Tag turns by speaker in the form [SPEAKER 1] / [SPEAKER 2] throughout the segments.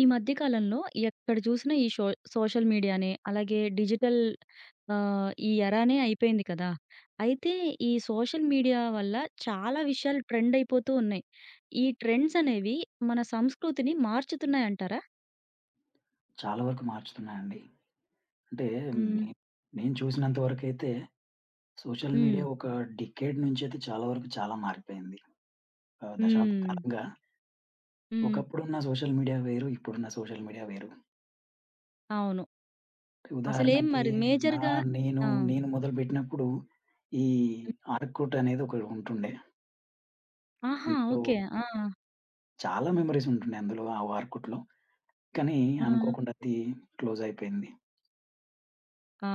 [SPEAKER 1] ఈ మధ్య కాలంలో ఎక్కడ చూసినా ఈ షో సోషల్ మీడియానే, అలాగే డిజిటల్ ఈ ఎరానే అయిపోయింది కదా! అయితే ఈ సోషల్ మీడియా వల్ల చాలా విషయాలు ట్రెండ్ అయిపోతూ ఉన్నాయి. ఈ ట్రెండ్స్ అనేవి మన సంస్కృతిని మార్చుతున్నాయంటారా?
[SPEAKER 2] చాలా వరకు మార్చుతున్నాయండి. అంటే
[SPEAKER 1] హ్మ్.
[SPEAKER 2] నే నేను చూసినంత వరకైతే సోషల్
[SPEAKER 1] హ్మ్.
[SPEAKER 2] మీడియా ఒక డికేడ్ నుంచైతే చాలా వరకు చాలా మారిపోయింది. దశాబ్ద
[SPEAKER 1] హ్మ్.
[SPEAKER 2] కాలంగా
[SPEAKER 1] హ్మ్.
[SPEAKER 2] ఒకప్పుడున్న సోషల్ మీడియా వేరు, ఇప్పుడున్న సోషల్ మీడియా వేరు.
[SPEAKER 1] అవును. అసలేం
[SPEAKER 2] ఉదాహరణకి
[SPEAKER 1] మరి
[SPEAKER 2] నా
[SPEAKER 1] మేజర్‌గా?
[SPEAKER 2] నేను,
[SPEAKER 1] ఆ!
[SPEAKER 2] నేను మొదలుపెట్టినప్పుడు ఈ
[SPEAKER 1] హ్మ్.
[SPEAKER 2] ఆర్కుట్ అనేది ఒకటి ఉంటుండే.
[SPEAKER 1] ఆహా!
[SPEAKER 2] అందులో
[SPEAKER 1] ఓకే. ఆ!
[SPEAKER 2] చాలా మెమోరీస్ ఉంటుండే అందులో ఆ ఆర్కుట్‌లో. కానీ
[SPEAKER 1] ఆ!
[SPEAKER 2] అనుకోకుండా అది క్లోజ్ అయిపోయింది.
[SPEAKER 1] ఆ!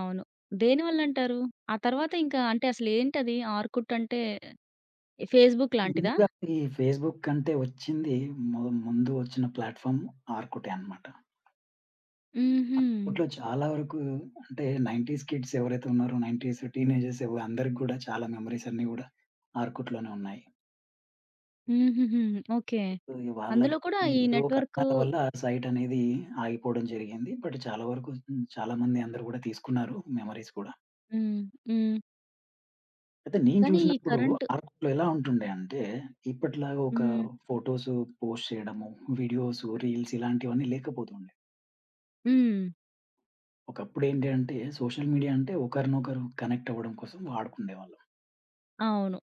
[SPEAKER 1] అవును. దేనివల్లంటారు? ఆ తర్వాత ఇంకా అంటే అసలేంటది ఆర్కుట్ అంటే ఫేస్‌బుక్ లాంటిదా?
[SPEAKER 2] ముందుగా ఈ ఫేస్‌బుక్ కంటే వచ్చింది ము ముందు వచ్చిన ప్లాట్‌ఫార్మ్ ఆర్కుటే అన్నమాట.
[SPEAKER 1] హుహు.
[SPEAKER 2] అప్పట్లో చాలా వరకు అంటే 90స్ కిడ్స్ ఎవరైతే ఉన్నారో 90స్ టీనేజర్స్ అందరికి గూడా చాలా మెమోరీస్ అన్నీ గూడా ఆర్కుట్‌లోనే ఉన్నాయి.
[SPEAKER 1] హుహుహు. ఓకే.
[SPEAKER 2] సో, ఈ
[SPEAKER 1] అందులో కూడా
[SPEAKER 2] వాళ్ళకి
[SPEAKER 1] ఈ
[SPEAKER 2] ఏదో
[SPEAKER 1] నెట్‌వర్కు.
[SPEAKER 2] కారణాల వల్ల ఆ సైట్ అనేది ఆగిపోవడం జరిగింది. బట్ చాలా వరకు చాలా మంది అందరూ గూడా తీసుకున్నారు మెమోరీస్ కూడా.
[SPEAKER 1] హ్మ్. హ్మ్.
[SPEAKER 2] అయితే నేను
[SPEAKER 1] కానీ ఈ
[SPEAKER 2] చూసినప్పుడు
[SPEAKER 1] కరెంటు.
[SPEAKER 2] ఆర్కుట్‌లో ఎలా ఉంటుండే అంటే ఇప్పటిలాగా ఒక
[SPEAKER 1] హ్మ్.
[SPEAKER 2] ఫోటోస్ పోస్ట్ చేయడము, వీడియోస్, రీల్స్ ఇలాంటివన్నీ లేకపోతుండే.
[SPEAKER 1] హ్మ్.
[SPEAKER 2] ఒకప్పుడు ఏంటి అంటే సోషల్ మీడియా అంటే ఒకరినొకరు కనెక్ట్ అవ్వడం కోసం వాడుకునేవాళ్ళం.
[SPEAKER 1] అవును.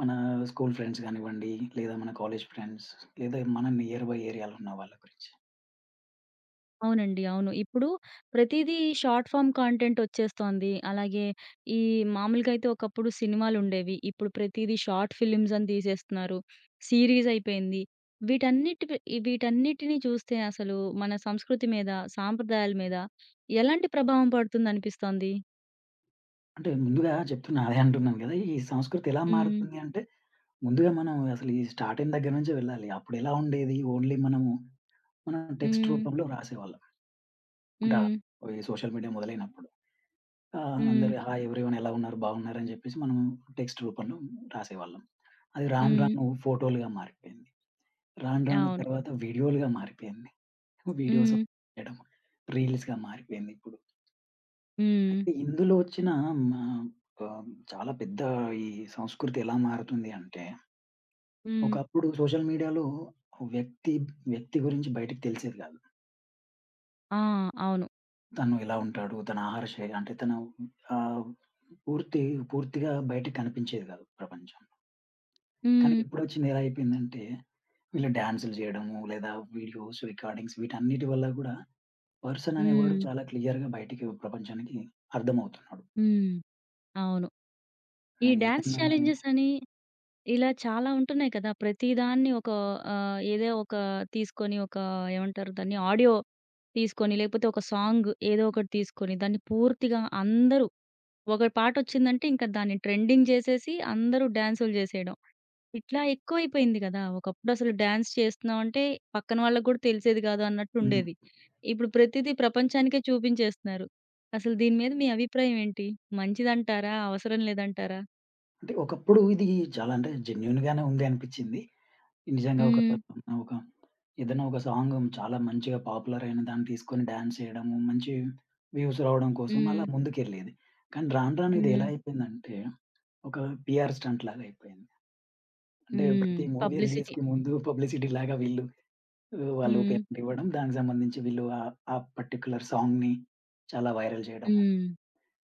[SPEAKER 2] మన స్కూల్ ఫ్రెండ్స్ గానివ్వండి, లేదా మన కాలేజ్ ఫ్రెండ్స్, లేదా మన నియర్ బై ఏరియాలో ఉన్న వాళ్ళ గురించి.
[SPEAKER 1] అవునండి, అవును. ఇప్పుడు ప్రతీదీ షార్ట్ ఫార్మ్ కాంటెంట్ ఒచ్చేస్తోంది. అలాగే ఈ మామూలుగా అయితే ఒకప్పుడు సినిమాలుండేవి. ఇప్పుడు ప్రతీదీ షార్ట్ ఫిల్మ్స్ అని తీసేస్తున్నారు. సీరీస్ అయిపోయింది. వీటన్నిటిపై వీటన్నిటిని చూస్తే అసలు మన సంస్కృతి మీద, సాంప్రదాయాల మీద ఎలాంటి ప్రభావం పడుతుందనిపిస్తోంది?
[SPEAKER 2] అంటే ముందుగా చెప్తున్నా అదే అంటున్నాను గదా! ఈ సంస్కృతి ఎలా
[SPEAKER 1] హ్మ్.
[SPEAKER 2] మారుతుంది అంటే, ముందుగా మనం అసలు ఈ స్టార్టింగ్ దగ్గర నుంచే వెళ్ళాలి. అప్పుడెలా ఉండేది? ఓన్లీ మనం టెక్స్ట్
[SPEAKER 1] హ్మ్.
[SPEAKER 2] రూపంలో రాసేవాళ్ళం. అంటే
[SPEAKER 1] హ్మ్.
[SPEAKER 2] ఈ సోషల్ మీడియా మొదలైనప్పుడు.
[SPEAKER 1] హ్మ్.
[SPEAKER 2] అందరూ హాయ్ ఎవ్రీవన్ ఎలా ఉన్నారు? బాగున్నారని జెప్పేసి మనం టెక్స్ట్ రూపంలో రాసేవాళ్ళం. అది రాను
[SPEAKER 1] హ్మ్.
[SPEAKER 2] రాను ఫోటోలుగా మారిపోయింది. రాను రాను
[SPEAKER 1] అవును.
[SPEAKER 2] తర్వాత వీడియోలుగా మారిపోయింది. వీడియోస్
[SPEAKER 1] హ్మ్.
[SPEAKER 2] అప్‌లోడ్ చేయడం. రీల్స్‌గా మారిపోయిందిప్పుడు.
[SPEAKER 1] హ్మ్.
[SPEAKER 2] అయితే ఇందులో వచ్చిన మా చాలా పెద్ద ఈ సంస్కృతి ఎలా మారుతుంది అంటే,
[SPEAKER 1] హ్మ్.
[SPEAKER 2] ఒకప్పుడు సోషల్ మీడియాలో వ్యక్తి, వ్యక్తి గురించి బయటకి తెలిసేది కాదు.
[SPEAKER 1] ఆ! అవును.
[SPEAKER 2] తను ఎలా ఉంటాడు? తన ఆహార శైలి అంటే తను ఆహ్, పూర్తి పూర్తిగా బయటకి కనిపించేది కాదు ప్రపంచంలో. కానీ
[SPEAKER 1] హ్మ్.
[SPEAKER 2] ఇప్పుడొచ్చింది ఎలా అయిపోయిందంటే, వీళ్ళు డాన్సులు చేయడము, లేదా వీడియోస్, రికార్డింగ్స్ వీటన్నిటి వల్ల కూడా పర్సన్ అనేవాడు
[SPEAKER 1] హ్మ్.
[SPEAKER 2] చాలా క్లియర్‌గా బయటికి ప్రపంచానికి అర్థమవుతున్నాడు.
[SPEAKER 1] హ్మ్. అవును.
[SPEAKER 2] ఆ!
[SPEAKER 1] ఈ డాన్స్
[SPEAKER 2] ఏదన్నా
[SPEAKER 1] ఛాలెంజెస్ అని ఇలా చాలా ఉంటున్నాయి కదా! ప్రతి దాన్ని ఒక ఏదో ఒక తీసుకొని ఒక ఏమంటారు దాన్ని ఆడియో తీసుకొని, లేకపోతే ఒక సాంగ్ ఏదో ఒకటి తీసుకొని దాన్ని పూర్తిగా అందరూ, ఒక పాటొచ్చిందంటే ఇంకా దాన్ని ట్రెండింగ్ జేసేసి అందరూ డాన్సులు జేసేయడం. ఇట్లా ఎక్కువైపోయింది గదా! ఒకప్పుడసలు డాన్స్ చేస్తున్నామంటే పక్కన వాళ్ళకి గూడా తెలిసేది గాదు
[SPEAKER 2] హ్మ్.
[SPEAKER 1] అన్నట్టుండేది. ఇప్పుడు ప్రతీదీ ప్రపంచానికే చూపించేస్తున్నారు. అసలు దీని మీద మీ అభిప్రాయం ఏంటి? మంచిదంటారా? అవసరం లేదంటారా?
[SPEAKER 2] అంటే ఒకప్పుడు ఇది చాలా అంటే జెన్యూన్‌గానే ఉంది అనిపిచ్చింది. నిజంగా ఒక
[SPEAKER 1] హ్మ్.
[SPEAKER 2] ఒక ఏదైనా ఒక సాంగ్ చాలా మంచిగా పాపులర్ అయిన దాన్ని తీసుకొని డాన్స్ చేయడము, మంచి వ్యూస్ రావడం కోసం అలా
[SPEAKER 1] హ్మ్.
[SPEAKER 2] ముందుకెళ్ళేది. కానీ రాను రాను ఇది
[SPEAKER 1] హ్మ్.
[SPEAKER 2] ఎలా అయిపోయిందంటే ఒక పీఆర్ స్టంట్ లాగా అయిపోయింది. అంటే
[SPEAKER 1] హ్మ్.
[SPEAKER 2] ప్రతి మూవీ
[SPEAKER 1] పబ్లిసిటీ.
[SPEAKER 2] రిలీజ్‌కి ముందు పబ్లిసిటీ లాగా వీళ్ళు వాళ్ళు
[SPEAKER 1] హ్మ్.
[SPEAKER 2] పేమెంట్ ఇవ్వడం, దానికి సంబంధించి వీళ్ళు ఆ ఆ పర్టిక్యులర్ సాంగ్‌ని చాలా వైరల్ చేయడం,
[SPEAKER 1] హ్మ్.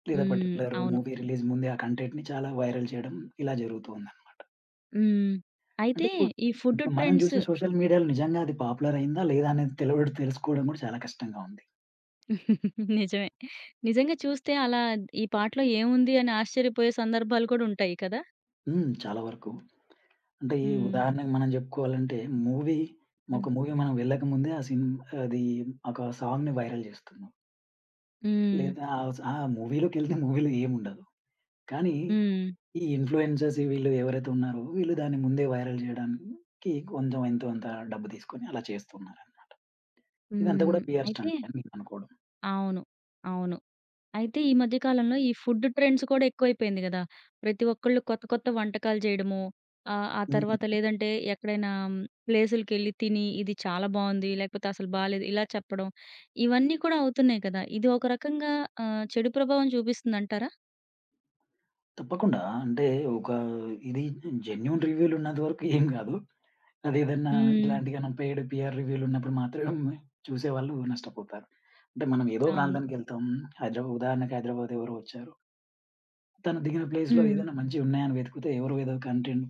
[SPEAKER 2] లేదా
[SPEAKER 1] హ్మ్.
[SPEAKER 2] పర్టిక్యులర్
[SPEAKER 1] అవును.
[SPEAKER 2] మూవీ రిలీజ్ ముందే ఆ కంటెంట్‌ని చాలా వైరల్ చేయడం ఇలా జరుగుతూ ఉంది.
[SPEAKER 1] హ్మ్.
[SPEAKER 2] అంటే
[SPEAKER 1] అయితే
[SPEAKER 2] ఇప్పుడు
[SPEAKER 1] ఈ ఫుడ్
[SPEAKER 2] ఇప్పుడు మనం
[SPEAKER 1] ట్రెండ్స్.
[SPEAKER 2] జూసే సోషల్ మీడియాలో నిజంగా అది పాపులర్ అయిందా? లేదా? అనేది తెలుసుకోవడం గూడా చాలా కష్టంగా ఉంది.
[SPEAKER 1] నిజమే. నిజంగా చూస్తే అలా ఈ పాటలో ఏముంది అని ఆశ్చర్యపోయే సందర్భాలు కూడా ఉంటాయి కదా!
[SPEAKER 2] హ్మ్. చాలా వరకు. అంటే ఈ
[SPEAKER 1] హ్మ్.
[SPEAKER 2] ఉదాహరణకు మనం జెప్పుకోవాలంటే మూవీ
[SPEAKER 1] హ్మ్.
[SPEAKER 2] ఒక మూవీ మనం వెళ్ళక ముందే ఆ సిన్ అది ఒక సాంగ్‌ని వైరల్ జేస్తున్నారు.
[SPEAKER 1] హ్మ్.
[SPEAKER 2] లేదా ఆ మూవీలోకెళ్తే మూవీలో ఏముండదు. కానీ
[SPEAKER 1] హ్మ్.
[SPEAKER 2] ఈ ఇన్‌ఫ్లుయెన్సర్స్ వీళ్ళు ఎవరైతే ఉన్నారో వీళ్ళు దాన్ని ముందే వైరల్ జేయడానికి కొంచెం ఎంతో అంత డబ్బు తీసుకొని అలా చేస్తున్నారని. ఇదంతా గూడా
[SPEAKER 1] హ్మ్.
[SPEAKER 2] పిఆర్
[SPEAKER 1] అయితే
[SPEAKER 2] స్టంట్ అని నేననుకోవడం.
[SPEAKER 1] అవును. అవును. అయితే ఈ మధ్య కాలంలో ఈ ఫుడ్ ట్రెండ్స్ కూడా ఎక్కువైపోయింది గదా! ప్రతి ఒక్కళ్ళు కొత్త కొత్త వంటకాలు చేయడము. ఆ తర్వాత
[SPEAKER 2] హ్మ్.
[SPEAKER 1] లేదంటే ఎక్కడైనా ప్లేసులకెళ్ళి తిని ఇది చాలా బావుంది, లేకపోతే అసలు బాలేదు ఇలా చెప్పడం. ఇవన్నీ కూడా అవుతున్నాయి కదా! ఇది ఒక రకంగా చెడు ప్రభావం చూపిస్తుందంటారా?
[SPEAKER 2] తప్పకుండా. అంటే ఒక ఇది జెన్యూన్ రివ్యూలున్నంత వరకు ఏం గాదు. అదేదన్నా
[SPEAKER 1] హ్మ్.
[SPEAKER 2] ఇలాంటిగనం పెయిడ్ పీఆర్ రివ్యూలున్నప్పుడు మాత్రం చూసేవాళ్ళు నష్టపోతారు. అంటే మనం ఏదో
[SPEAKER 1] అవును.
[SPEAKER 2] ప్రాంతానికెళ్తాం. హైదరాబాద్ ఉదాహరణకి హైదరాబాద్ ఎవరో వచ్చారు. తను దిగిన ప్లేస్‌లో
[SPEAKER 1] హ్మ్.
[SPEAKER 2] ఏదైనా మంచిగున్నాయని వెతికితే ఎవరో ఏదో కంటెంట్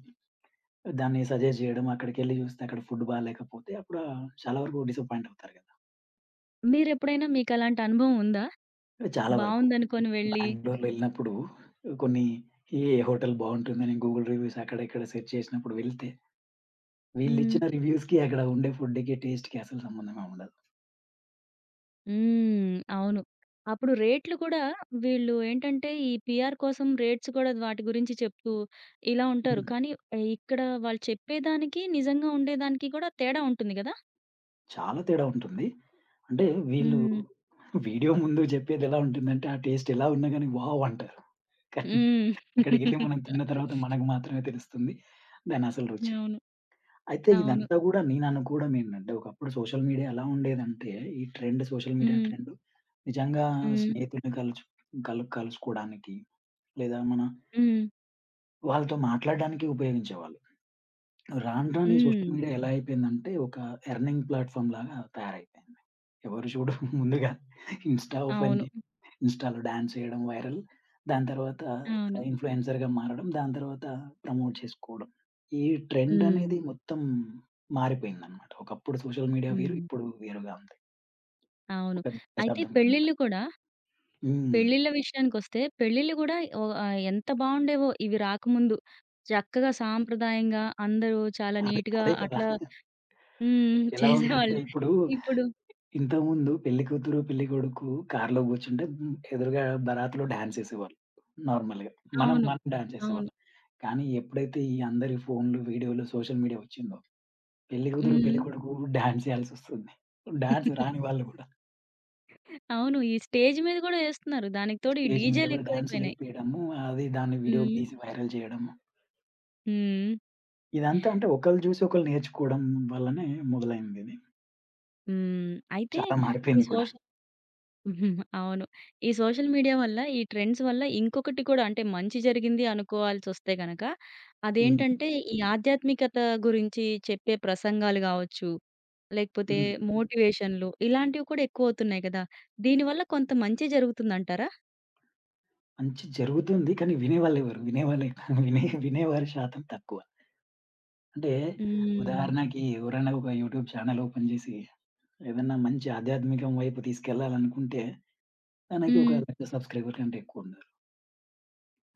[SPEAKER 2] దాన్ని సజెస్ట్ జేయడం, అక్కడికెళ్లి జూస్తే అక్కడ ఫుడ్ బాలేకపోతే అప్పుడు చాలా వరకు డిసప్పాయింట్ అవుతారు గదా!
[SPEAKER 1] మీరెప్పుడైనా మీకలాంటి అనుభవం ఉందా?
[SPEAKER 2] చాలా వరకు.
[SPEAKER 1] బావుందనుకోని వెళ్ళి.
[SPEAKER 2] బెంగుళూరులో ఎళ్ళినప్పుడు కొన్ని ఏ హోటల్ బావుంటుందని గూగుల్ రివ్యూస్ అక్కడ ఇక్కడ సెర్చ్ చేసినప్పుడు వెళ్తే
[SPEAKER 1] హ్మ్.
[SPEAKER 2] వీళ్ళిచ్చిన రివ్యూస్‌కి, అక్కడ ఉండే ఫుడ్‌కి, టేస్ట్‌కి అసలు సంబంధమే ఉండదు.
[SPEAKER 1] హ్మ్. అవును. అప్పుడు రేట్లు కూడా వీళ్ళు ఏంటంటే, ఈ పీఆర్ కోసం రేట్స్ కూడా వాటి గురించి చెప్తూ ఇలా ఉంటారు.
[SPEAKER 2] హ్మ్.
[SPEAKER 1] కానీ ఇక్కడ వాళ్ళు చెప్పేదానికి, నిజంగా ఉండేదానికి కూడా తేడా ఉంటుంది గదా!
[SPEAKER 2] చాలా తేడా ఉంటుంది. అంటే వీళ్ళు
[SPEAKER 1] హ్మ్.
[SPEAKER 2] వీడియో ముందు జెప్పేదెలా ఉంటుందంటే, ఆ టేస్ట్ ఎలా ఉన్నా గాని వావ్! అంటారు. కానీ
[SPEAKER 1] హ్మ్.
[SPEAKER 2] అక్కడికెళ్లి మనం తిన్న తర్వాత మనకు మాత్రమే తెలుస్తుంది దానసలు రుచి.
[SPEAKER 1] అవును.
[SPEAKER 2] అయితే
[SPEAKER 1] అవును.
[SPEAKER 2] ఇదంతా గూడా నేననుకోవడం ఏంటంటే, ఒకప్పుడు సోషల్ మీడియా ఎలా ఉండేదంటే, ఈ ట్రెండ్ సోషల్ మీడియా
[SPEAKER 1] హ్మ్.
[SPEAKER 2] ట్రెండ్ నిజంగా
[SPEAKER 1] హ్మ్.
[SPEAKER 2] స్నేహితుల్ని కలుసుకోడానికి లేదా మన
[SPEAKER 1] హ్మ్.
[SPEAKER 2] వాళ్ళతో మాట్లాడడానికి ఉపయోగించేవాళ్ళు. రాను రాను ఈ సోషల్
[SPEAKER 1] హ్మ్.
[SPEAKER 2] మీడియా ఎలా అయిపోయిందంటే ఒక ఎర్నింగ్ ప్లాట్‌ఫార్మ్ లాగా తయారైపోయింది. ఎవరు చూడు ముందుగా ఇన్‌స్టా ఓపెన్
[SPEAKER 1] అవును.
[SPEAKER 2] జేసి ఇన్‌స్టాలో డాన్స్ చేయడం వైరల్. దాని తర్వాత
[SPEAKER 1] అవును.
[SPEAKER 2] ఇన్‌ఫ్లుయెన్సర్‌గా మారడం. దాని తర్వాత ప్రమోట్ చేసుకోవడం. ఈ ట్రెండ్
[SPEAKER 1] హ్మ్.
[SPEAKER 2] అనేది మొత్తం మారిపోయిందన్నమాట. ఒకప్పుడు సోషల్ మీడియా వేరు.
[SPEAKER 1] హ్మ్.
[SPEAKER 2] ఇప్పుడు వేరుగా ఉంది.
[SPEAKER 1] అవును.
[SPEAKER 2] ఒక
[SPEAKER 1] అయితే
[SPEAKER 2] దశాబ్దం కిందట.
[SPEAKER 1] పెళ్ళిళ్ళు కూడా,
[SPEAKER 2] హ్మ్.
[SPEAKER 1] పెళ్ళిళ్ళ విషయానికొస్తే పెళ్ళిళ్ళు గూడా ఓహ్! ఎంత బావుండేవో ఇవి రాకముందు. చక్కగా సాంప్రదాయంగా అందరూ చాలా
[SPEAKER 2] అదే
[SPEAKER 1] నీట్‌గా
[SPEAKER 2] అదే కదా!
[SPEAKER 1] అట్లా. హ్మ్.
[SPEAKER 2] ఎలా ఉందంటే
[SPEAKER 1] చేసేవాళ్ళు.
[SPEAKER 2] ఇప్పుడు
[SPEAKER 1] ఇప్పుడు.
[SPEAKER 2] ఇంతకుముందు పెళ్లి కూతురు, పెళ్లి కొడుకు కార్‌లో కూర్చుంటే ఎదురుగా బరాత్‌లో డాన్స్ ఏసేవాళ్ళు నార్మల్‌గా. మనం,
[SPEAKER 1] అవును.
[SPEAKER 2] మనం డాన్స్
[SPEAKER 1] అవును.
[SPEAKER 2] ఏసేవాళ్ళం. కానీ ఎప్పుడైతే ఈ అందరి ఫోన్‌లు, వీడియోలు, సోషల్ మీడియా వచ్చిందో పెళ్లి కూతురు,
[SPEAKER 1] హ్మ్.
[SPEAKER 2] పెళ్లి కొడుకు డాన్స్ ఏయాల్సొస్తుంది. డాన్స్ రాని వాళ్ళు గూడా
[SPEAKER 1] అవును. ఈ స్టేజ్ మీద గూడా ఏస్తున్నారు. దానికి తోడు ఈ
[SPEAKER 2] స్టేజ్ మీద గూడా
[SPEAKER 1] డీజే‌లెక్కువైపోయినాయి.
[SPEAKER 2] డాన్సులేపీయడము, అది దాన్ని వీడియో
[SPEAKER 1] హ్మ్.
[SPEAKER 2] తీసి వైరల్ చేయడము.
[SPEAKER 1] హ్మ్.
[SPEAKER 2] ఇదంతా అంటే ఒకళ్ళు చూసి ఒకళ్ళు నేర్చుకోవడం వల్లనే మొదలైందిది.
[SPEAKER 1] హ్మ్. అయితే
[SPEAKER 2] చాలా
[SPEAKER 1] ఈ
[SPEAKER 2] మారిపోయింది కూడా.
[SPEAKER 1] సోషల్. ఉహుం, అవును. ఈ సోషల్ మీడియా వల్ల, ఈ ట్రెండ్స్ వల్ల ఇంకొకటి కూడా అంటే మంచి జరిగింది అనుకోవాల్సొస్తే గనక,
[SPEAKER 2] హ్మ్.
[SPEAKER 1] అదేంటంటే ఈ ఆధ్యాత్మికత గురించి చెప్పే ప్రసంగాలు గావచ్చు, లేకపోతే
[SPEAKER 2] హ్మ్.
[SPEAKER 1] మోటివేషన్‌లు ఇలాంటివి కూడా ఎక్కువవుతున్నాయి గదా! దీనివల్ల కొంత మంచి జరుగుతుందంటారా?
[SPEAKER 2] మంచి జరుగుతుంది. కానీ వినేవాళ్ళెవరు? వినేవాళ్ళే వినే వినేవారి శాతం తక్కువ. అంటే
[SPEAKER 1] హ్మ్.
[SPEAKER 2] ఉదాహరణకి ఎవరైనా ఒక యూట్యూబ్ ఛానెల్ ఓపెన్ జేసి, ఏదన్నా మంచి ఆధ్యాత్మికం వైపు తీసుకెళ్ళాలనుకుంటే, తనకి
[SPEAKER 1] హ్మ్.
[SPEAKER 2] ఒక 1,00,000 సబ్‌స్క్రైబర్ కంటే ఎక్కువుండాలి.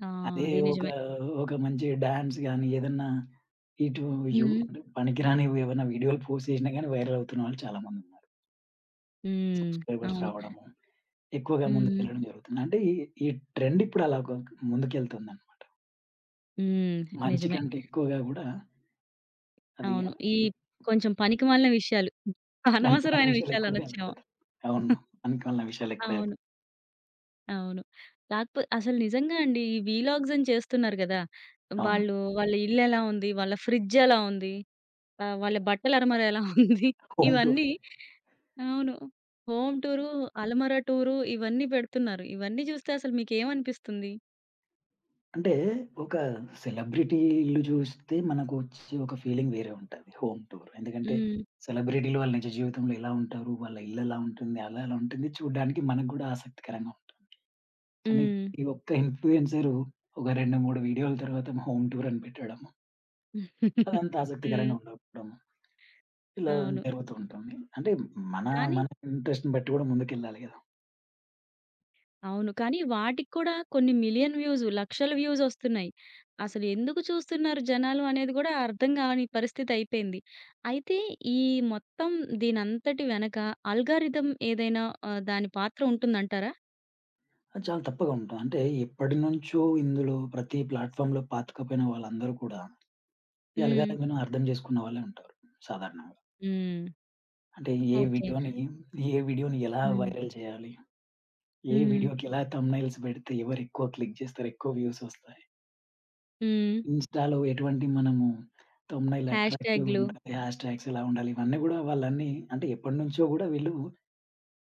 [SPEAKER 1] ఆ!
[SPEAKER 2] అదే
[SPEAKER 1] అది
[SPEAKER 2] ఒక,
[SPEAKER 1] నిజమే.
[SPEAKER 2] ఒక మంచి డాన్స్ గాని, ఏదన్నా ఇటు
[SPEAKER 1] హ్మ్.
[SPEAKER 2] అంటే పనికిరానివి ఏవన్నా వీడియోలు పోస్ట్ చేసినా గాని వైరల్ అవుతున్న వాళ్ళు చాలా మందున్నారు.
[SPEAKER 1] హ్మ్.
[SPEAKER 2] సబ్‌స్క్రైబర్స్
[SPEAKER 1] అవును.
[SPEAKER 2] రావడము, ఎక్కువగా
[SPEAKER 1] హ్మ్.
[SPEAKER 2] ముందుకెళ్ళడం జరుగుతుంది. అంటే ఈ ట్రెండ్ ఇప్పుడు అలా ఒక ముందుకెళ్తుందనమాట.
[SPEAKER 1] హ్మ్.
[SPEAKER 2] మంచి
[SPEAKER 1] నిజమే.
[SPEAKER 2] కంటే ఎక్కువగా గూడా అది
[SPEAKER 1] అవును. ఈ కొంచెం పనికిమాలిన విషయాలు,
[SPEAKER 2] పనికిమాలిన
[SPEAKER 1] అనవసరమైన
[SPEAKER 2] విషయాలు ఎక్కువగా
[SPEAKER 1] విషయాలనొచ్చేమో.
[SPEAKER 2] ఎళ్ళిపోతాయి. అవును. పనికిమాలిన విషయాలు ఎక్కువ
[SPEAKER 1] అవును. అవును. కాకపో అసలు నిజంగా అండి, ఈ వీలాగ్స్ అని చేస్తున్నారు గదా!
[SPEAKER 2] అవును.
[SPEAKER 1] వాళ్ళు వాళ్ళ ఇల్లెలా ఉంది? వాళ్ళ ఫ్రిడ్జెలా ఉంది? వాళ్ళ బట్టల అరమర ఎలా ఉంది?
[SPEAKER 2] Home tour.
[SPEAKER 1] ఇవన్నీ. అవును. హోమ్ టూరు, అలమర టూరు ఇవన్నీ పెడుతున్నారు. ఇవన్నీ జూస్తే అసలు మీకేమనిపిస్తుంది?
[SPEAKER 2] అంటే ఒక సెలబ్రిటీ ఇల్లు చూస్తే మనకు వచ్చే ఒక ఫీలింగ్ వేరే ఉంటది. Home tour. ఎందుకంటే
[SPEAKER 1] హ్మ్.
[SPEAKER 2] సెలబ్రిటీలు వాళ్ళ నిజ జీవితంలో ఎలా ఉంటారు? వాళ్ళ ఇల్లు ఎలా ఉంటుంది? అలా ఎలా ఉంటుంది? చూడ్డానికి మనకు కూడా ఆసక్తికరంగా ఉంటుంది. కానీ
[SPEAKER 1] హ్మ్.
[SPEAKER 2] ఈ ఒక్క ఇన్‌ఫ్లుయెన్సరు ఒక 2, 3 వీడియోల తర్వాత హోమ్ టూర్ అని పెట్టడము.
[SPEAKER 1] హ్మ్.
[SPEAKER 2] అదంత ఆసక్తికరంగా ఉండకపోవడము. ఇలా
[SPEAKER 1] అవును.
[SPEAKER 2] జరుగుతూ ఉంటుంది. అంటే మన
[SPEAKER 1] కానీ.
[SPEAKER 2] మన ఇంట్రెస్ట్‌ని బట్టి కూడా ముందుకెళ్ళాలి కదా!
[SPEAKER 1] అవును. కానీ వాటికి కూడా కొన్ని మిలియన్ వ్యూస్, లక్షల వ్యూస్ ఒస్తున్నాయి. అసలు ఎందుకు చూస్తున్నారు జనాలు అనేది గూడా అర్థం గాని పరిస్థితి అయిపోయింది. అయితే ఈ మొత్తం దీనంతటి వెనక అల్గారిథం ఏదైనా దాని పాత్ర ఉంటుందంటారా?
[SPEAKER 2] అది చాలా తప్పుగా ఉంటుంది. అంటే ఎప్పటినుంచో ఇందులో ప్రతి ప్లాట్‌ఫార్మ్‌లో పాతుకుపోయిన వాళ్ళందరూ కూడా
[SPEAKER 1] హ్మ్.
[SPEAKER 2] ఎలగాలగానో అర్థం చేసుకున్న వాళ్ళే ఉంటారు సాధారణంగా.
[SPEAKER 1] హ్మ్.
[SPEAKER 2] అంటే ఏ
[SPEAKER 1] ఓకే.
[SPEAKER 2] వీడియోని, ఏ వీడియోని ఎలా
[SPEAKER 1] హ్మ్.
[SPEAKER 2] వైరల్ చేయాలి? ఏ
[SPEAKER 1] హ్మ్.
[SPEAKER 2] వీడియోకి ఎలా థంబ్‌నెయిల్స్ పెడితే ఎవరెక్కువ క్లిక్ చేస్తారు, ఎక్కువ వ్యూస్ వస్తాయి.
[SPEAKER 1] హ్మ్.
[SPEAKER 2] ఇన్‌స్టాలో ఎటువంటి మనము థంబ్‌నెయిల్
[SPEAKER 1] హ్యాష్
[SPEAKER 2] అట్రాక్టివ్‌గా
[SPEAKER 1] ట్యాగ్‌లు.
[SPEAKER 2] ఉండాలి, హ్యాష్‌ట్యాగ్స్ ఎలా ఉండాలి, ఇవన్నీ గూడా వాళ్ళన్నీ అంటే ఎప్పటినుంచో గూడా వీళ్ళు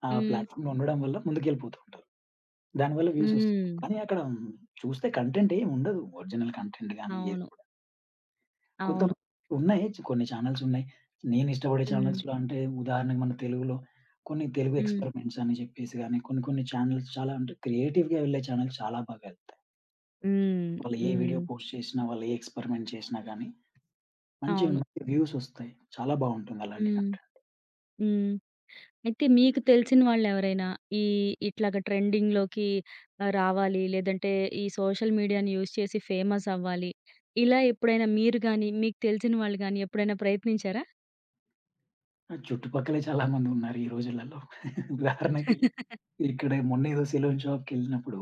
[SPEAKER 2] ఆ
[SPEAKER 1] హ్మ్.
[SPEAKER 2] ప్లాట్‌ఫార్మ్‌లో ఉండడం వల్ల ముందుకెళ్ళిపోతూ ఉంటారు. దానివల్ల వ్యూస్ వస్తున్నాయి.
[SPEAKER 1] హ్మ్.
[SPEAKER 2] కానీ అక్కడ చూస్తే కంటెంట్ ఏమి ఉండదు. ఒరిజినల్ కంటెంట్ గాని ఏది
[SPEAKER 1] అవును.
[SPEAKER 2] కొంత
[SPEAKER 1] అవును.
[SPEAKER 2] ఉన్నాయి. కొన్ని చానెల్స్ ఉన్నాయి. నేను ఇష్టపడే
[SPEAKER 1] హ్మ్.
[SPEAKER 2] చానెల్స్‌లో అంటే ఉదాహరణకు మన తెలుగులో కొన్ని తెలుగు
[SPEAKER 1] హ్మ్.
[SPEAKER 2] ఎక్స్పెరిమెంట్స్ అని చెప్పేసి గాని, కొన్ని కొన్ని చానెల్స్ చాలా అంటే క్రియేటివ్‌గా వెళ్ళే చానెల్స్ చాలా బాగా ఎళ్తాయి.
[SPEAKER 1] హ్మ్.
[SPEAKER 2] వాళ్ళు ఏ
[SPEAKER 1] హ్మ్.
[SPEAKER 2] వీడియో పోస్ట్ చేసినా, వాళ్ళు ఏ ఎక్స్పెరిమెంట్ చేసినా గాని మంచి
[SPEAKER 1] అవును.
[SPEAKER 2] మంచి వ్యూస్ ఒస్తాయి. చాలా బావుంటుంది అలాంటి
[SPEAKER 1] హ్మ్.
[SPEAKER 2] కంటెంట్.
[SPEAKER 1] హ్మ్. అయితే మీకు తెలిసిన వాళ్ళెవరైనా ఈ ఇట్లాగ ట్రెండింగ్‌లోకి రావాలి, లేదంటే ఈ సోషల్ మీడియాని యూజ్ చేసి ఫేమస్ అవ్వాలి. ఇలా ఎప్పుడైనా మీరు గాని, మీకు తెలిసిన వాళ్ళు గాని ఎప్పుడైనా ప్రయత్నించారా?
[SPEAKER 2] చుట్టుపక్కలే చాలా మంది ఉన్నారు ఈ రోజులలో. ఉదాహరణకి ఇక్కడ మొన్న ఏదో సెలూన్ షాప్‌కెళ్ళినప్పుడు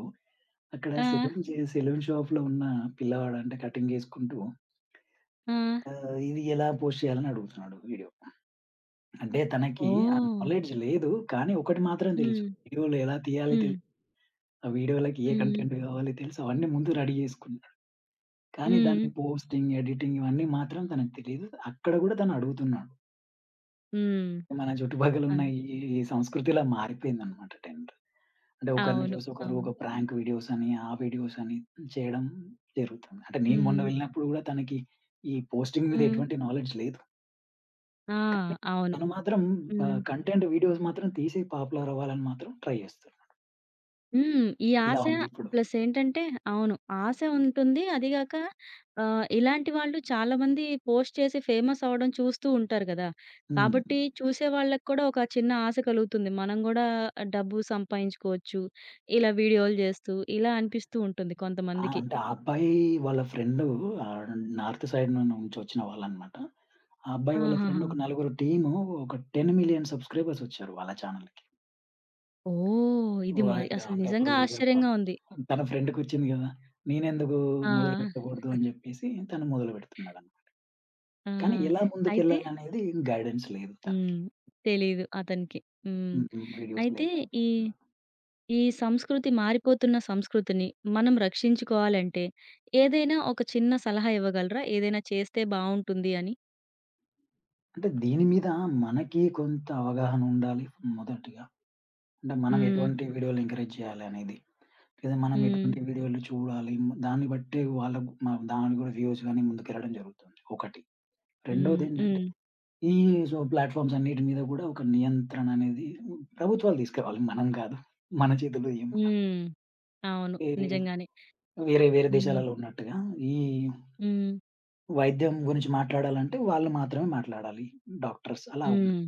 [SPEAKER 2] అక్కడ
[SPEAKER 1] ఆ!
[SPEAKER 2] సెలూన్ షాప్‌లో ఉన్న పిల్లవాడు అంటే కటింగ్ చేసుకుంటూ
[SPEAKER 1] ఆ!
[SPEAKER 2] ఇది ఎలా పోస్ట్ చేయాలని అడుగుతున్నాడు వీడియో. అంటే తనకి ఆ
[SPEAKER 1] ఓహ్!
[SPEAKER 2] నాలెడ్జ్ లేదు. కానీ ఒకటి మాత్రం తెలుసు.
[SPEAKER 1] హ్మ్.
[SPEAKER 2] వీడియోలు ఎలా తీయాలి
[SPEAKER 1] హ్మ్.
[SPEAKER 2] తెలుసు. ఆ వీడియోలకి ఏ
[SPEAKER 1] హ్మ్.
[SPEAKER 2] కంటెంట్ కావాలి తెలుసు. అవన్నీ ముందు రెడీ చేసుకున్నాడు. కానీ
[SPEAKER 1] హ్మ్.
[SPEAKER 2] దాన్ని పోస్టింగ్, ఎడిటింగ్ ఇవన్నీ మాత్రం తనకు తెలీదు. అక్కడ గూడా తను అడుగుతున్నాడు.
[SPEAKER 1] హ్మ్.
[SPEAKER 2] మన చుట్టుపక్కల ఉన్న
[SPEAKER 1] అన్
[SPEAKER 2] ఈ సంస్కృతి ఇలా మారిపోయిందనమాట టెంట్. అంటే ఒకరిని
[SPEAKER 1] అవును.
[SPEAKER 2] చూసి ఒకరు
[SPEAKER 1] అవును.
[SPEAKER 2] ఒక ప్రాంక్ వీడియోస్ అని, ఆ వీడియోస్ అని చేయడం జరుగుతుంది. అంటే నేను మొన్న
[SPEAKER 1] హ్మ్.
[SPEAKER 2] వెళ్ళినప్పుడు గూడా తనకి ఈ పోస్టింగ్ మీద
[SPEAKER 1] హ్మ్.
[SPEAKER 2] ఎటువంటి నాలెడ్జ్ లేదు.
[SPEAKER 1] ఆ! అవును.
[SPEAKER 2] తను మాత్రం
[SPEAKER 1] హ్మ్.
[SPEAKER 2] కంటెంట్ వీడియోస్ మాత్రం తీసి పాపులర్ అవ్వాలని మాత్రం ట్రై చేస్తుంది.
[SPEAKER 1] హ్మ్. ఈ
[SPEAKER 2] ఇలా
[SPEAKER 1] ఆశ.
[SPEAKER 2] ఉందిప్పుడు.
[SPEAKER 1] ప్లస్ ఏంటంటే. అవును. ఆశ ఉంటుంది. అదిగాక ఇలాంటి వాళ్ళు చాలామంది పోస్ట్ చేసి ఫేమస్ అవ్వడం చూస్తూ ఉంటారు గదా!
[SPEAKER 2] హ్మ్.
[SPEAKER 1] కాబట్టి చూసే వాళ్ళకి కూడా ఒక చిన్న ఆశ కలుగుతుంది, మనం గూడా డబ్బు సంపాదించుకోవచ్చు ఇలా వీడియోలు జేస్తూ ఇలా అనిపిస్తూ ఉంటుంది
[SPEAKER 2] ఆ!
[SPEAKER 1] కొంతమందికి.
[SPEAKER 2] అంటే ఆ అబ్బాయి వాళ్ళ ఫ్రెండు ఆహ్, నార్త్ సైడ్ నుంచొచ్చిన వాళ్ళనమాట. ఆ అబ్బాయి వాళ్ళ
[SPEAKER 1] ఆహాహా!
[SPEAKER 2] ఫ్రెండ్ ఒక నలుగురు టీము ఒక 10,000,000 సబ్‌స్క్రైబర్స్ వచ్చారు వాళ్ళ ఛానెల్‌కి.
[SPEAKER 1] ఓహ్! ఇది మరి
[SPEAKER 2] వాళ్ళకి
[SPEAKER 1] అసలు
[SPEAKER 2] అంటే అప్పుడు
[SPEAKER 1] నిజంగా
[SPEAKER 2] ఇగ
[SPEAKER 1] ఆశ్చర్యంగా ఉంది.
[SPEAKER 2] తన ఫ్రెండ్‌కొచ్చింది గదా! నేనెందుకు
[SPEAKER 1] ఆ!
[SPEAKER 2] మొదలుపెట్టకూడదు అని జెప్పేసి తను మొదలుపెడుతున్నాడన్నమాట.
[SPEAKER 1] ఆ!
[SPEAKER 2] కానీ ఎలా
[SPEAKER 1] అయితే.
[SPEAKER 2] ముందుకెళ్ళాలనేది గైడెన్స్ లేదు తనకి.
[SPEAKER 1] హ్మ్. తెలీదు అతనికి. హ్మ్.
[SPEAKER 2] హ్మ్. వీడియోస్
[SPEAKER 1] అయితే
[SPEAKER 2] లేక
[SPEAKER 1] ఈ
[SPEAKER 2] చేస్తున్నారు.
[SPEAKER 1] ఈ సంస్కృతి, మారిపోతున్న సంస్కృతిని మనం రక్షించుకోవాలంటే ఏదైనా ఒక చిన్న సలహా ఇవ్వగలరా? ఏదైనా చేస్తే బావుంటుంది అని?
[SPEAKER 2] అంటే దీని మీద మనకి కొంత అవగాహన ఉండాలి మొదటిగా. అంటే మనం
[SPEAKER 1] హ్మ్.
[SPEAKER 2] ఎటువంటి వీడియోలు ఎంకరేజ్ చేయాలనేది. ఇది మనం
[SPEAKER 1] హ్మ్.
[SPEAKER 2] ఎటువంటి వీడియోలు చూడాలి. హ్మ్. దాన్ని బట్టే వాళ్ళకు దానికి గూడా వ్యూస్ గాని ముందుకెళ్ళడం జరుగుతుంది ఒకటి.
[SPEAKER 1] హ్మ్.
[SPEAKER 2] రెండోదేంటంటే
[SPEAKER 1] హ్మ్.
[SPEAKER 2] ఈ సో ప్లాట్‌ఫార్మ్స్ అన్నిటి మీద గూడా ఒక నియంత్రణ అనేది ప్రభుత్వాలు తీసుకురావాలి. మనం కాదు. మన చేతుల్లో ఏముండదు.
[SPEAKER 1] హ్మ్. అవును.
[SPEAKER 2] ఏ
[SPEAKER 1] నిజంగానే.
[SPEAKER 2] వేరే వేరే
[SPEAKER 1] హ్మ్.
[SPEAKER 2] దేశాలలో ఉన్నట్టుగా ఈ
[SPEAKER 1] హ్మ్.
[SPEAKER 2] వైద్యం గురించి మాట్లాడాలంటే వాళ్ళు మాత్రమే మాట్లాడాలి. డాక్టర్స్ అలా ఉండదు.
[SPEAKER 1] హ్మ్.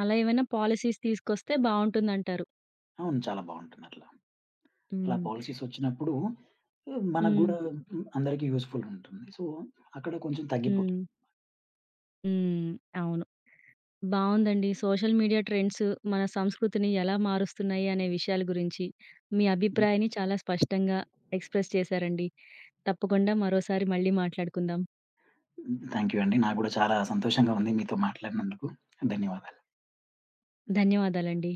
[SPEAKER 1] అలా ఏమైనా పాలిసీస్ తీసుకొస్తే బావుంటుందంటారు.
[SPEAKER 2] అవును. చాలా బావుంటుంది అట్లా. అలా
[SPEAKER 1] హ్మ్.
[SPEAKER 2] పాలిసీస్ వచ్చినప్పుడు మనకు
[SPEAKER 1] హ్మ్.
[SPEAKER 2] గూడా అందరికీ యూజ్‌ఫుల్ ఉంటుంది. సో అక్కడ కొంచెం తగ్గిపోతుంది.
[SPEAKER 1] హ్మ్. హ్మ్. అవును. బావుందండి. సోషల్ మీడియా ట్రెండ్స్ మన సంస్కృతిని ఎలా మారుస్తున్నాయి అనే విషయాల గురించి మీ అభిప్రాయాన్ని చాలా స్పష్టంగా ఎక్స్‌ప్రెస్ చేశారండి. తప్పకుండా మరోసారి మళ్ళీ మాట్లాడుకుందాం.
[SPEAKER 2] థ్యాంక్ యూ అండి. నాకు గూడా చాలా సంతోషంగా ఉంది మీతో మాట్లాడినందుకు. ధన్యవాదాలు.
[SPEAKER 1] ధన్యవాదాలండి.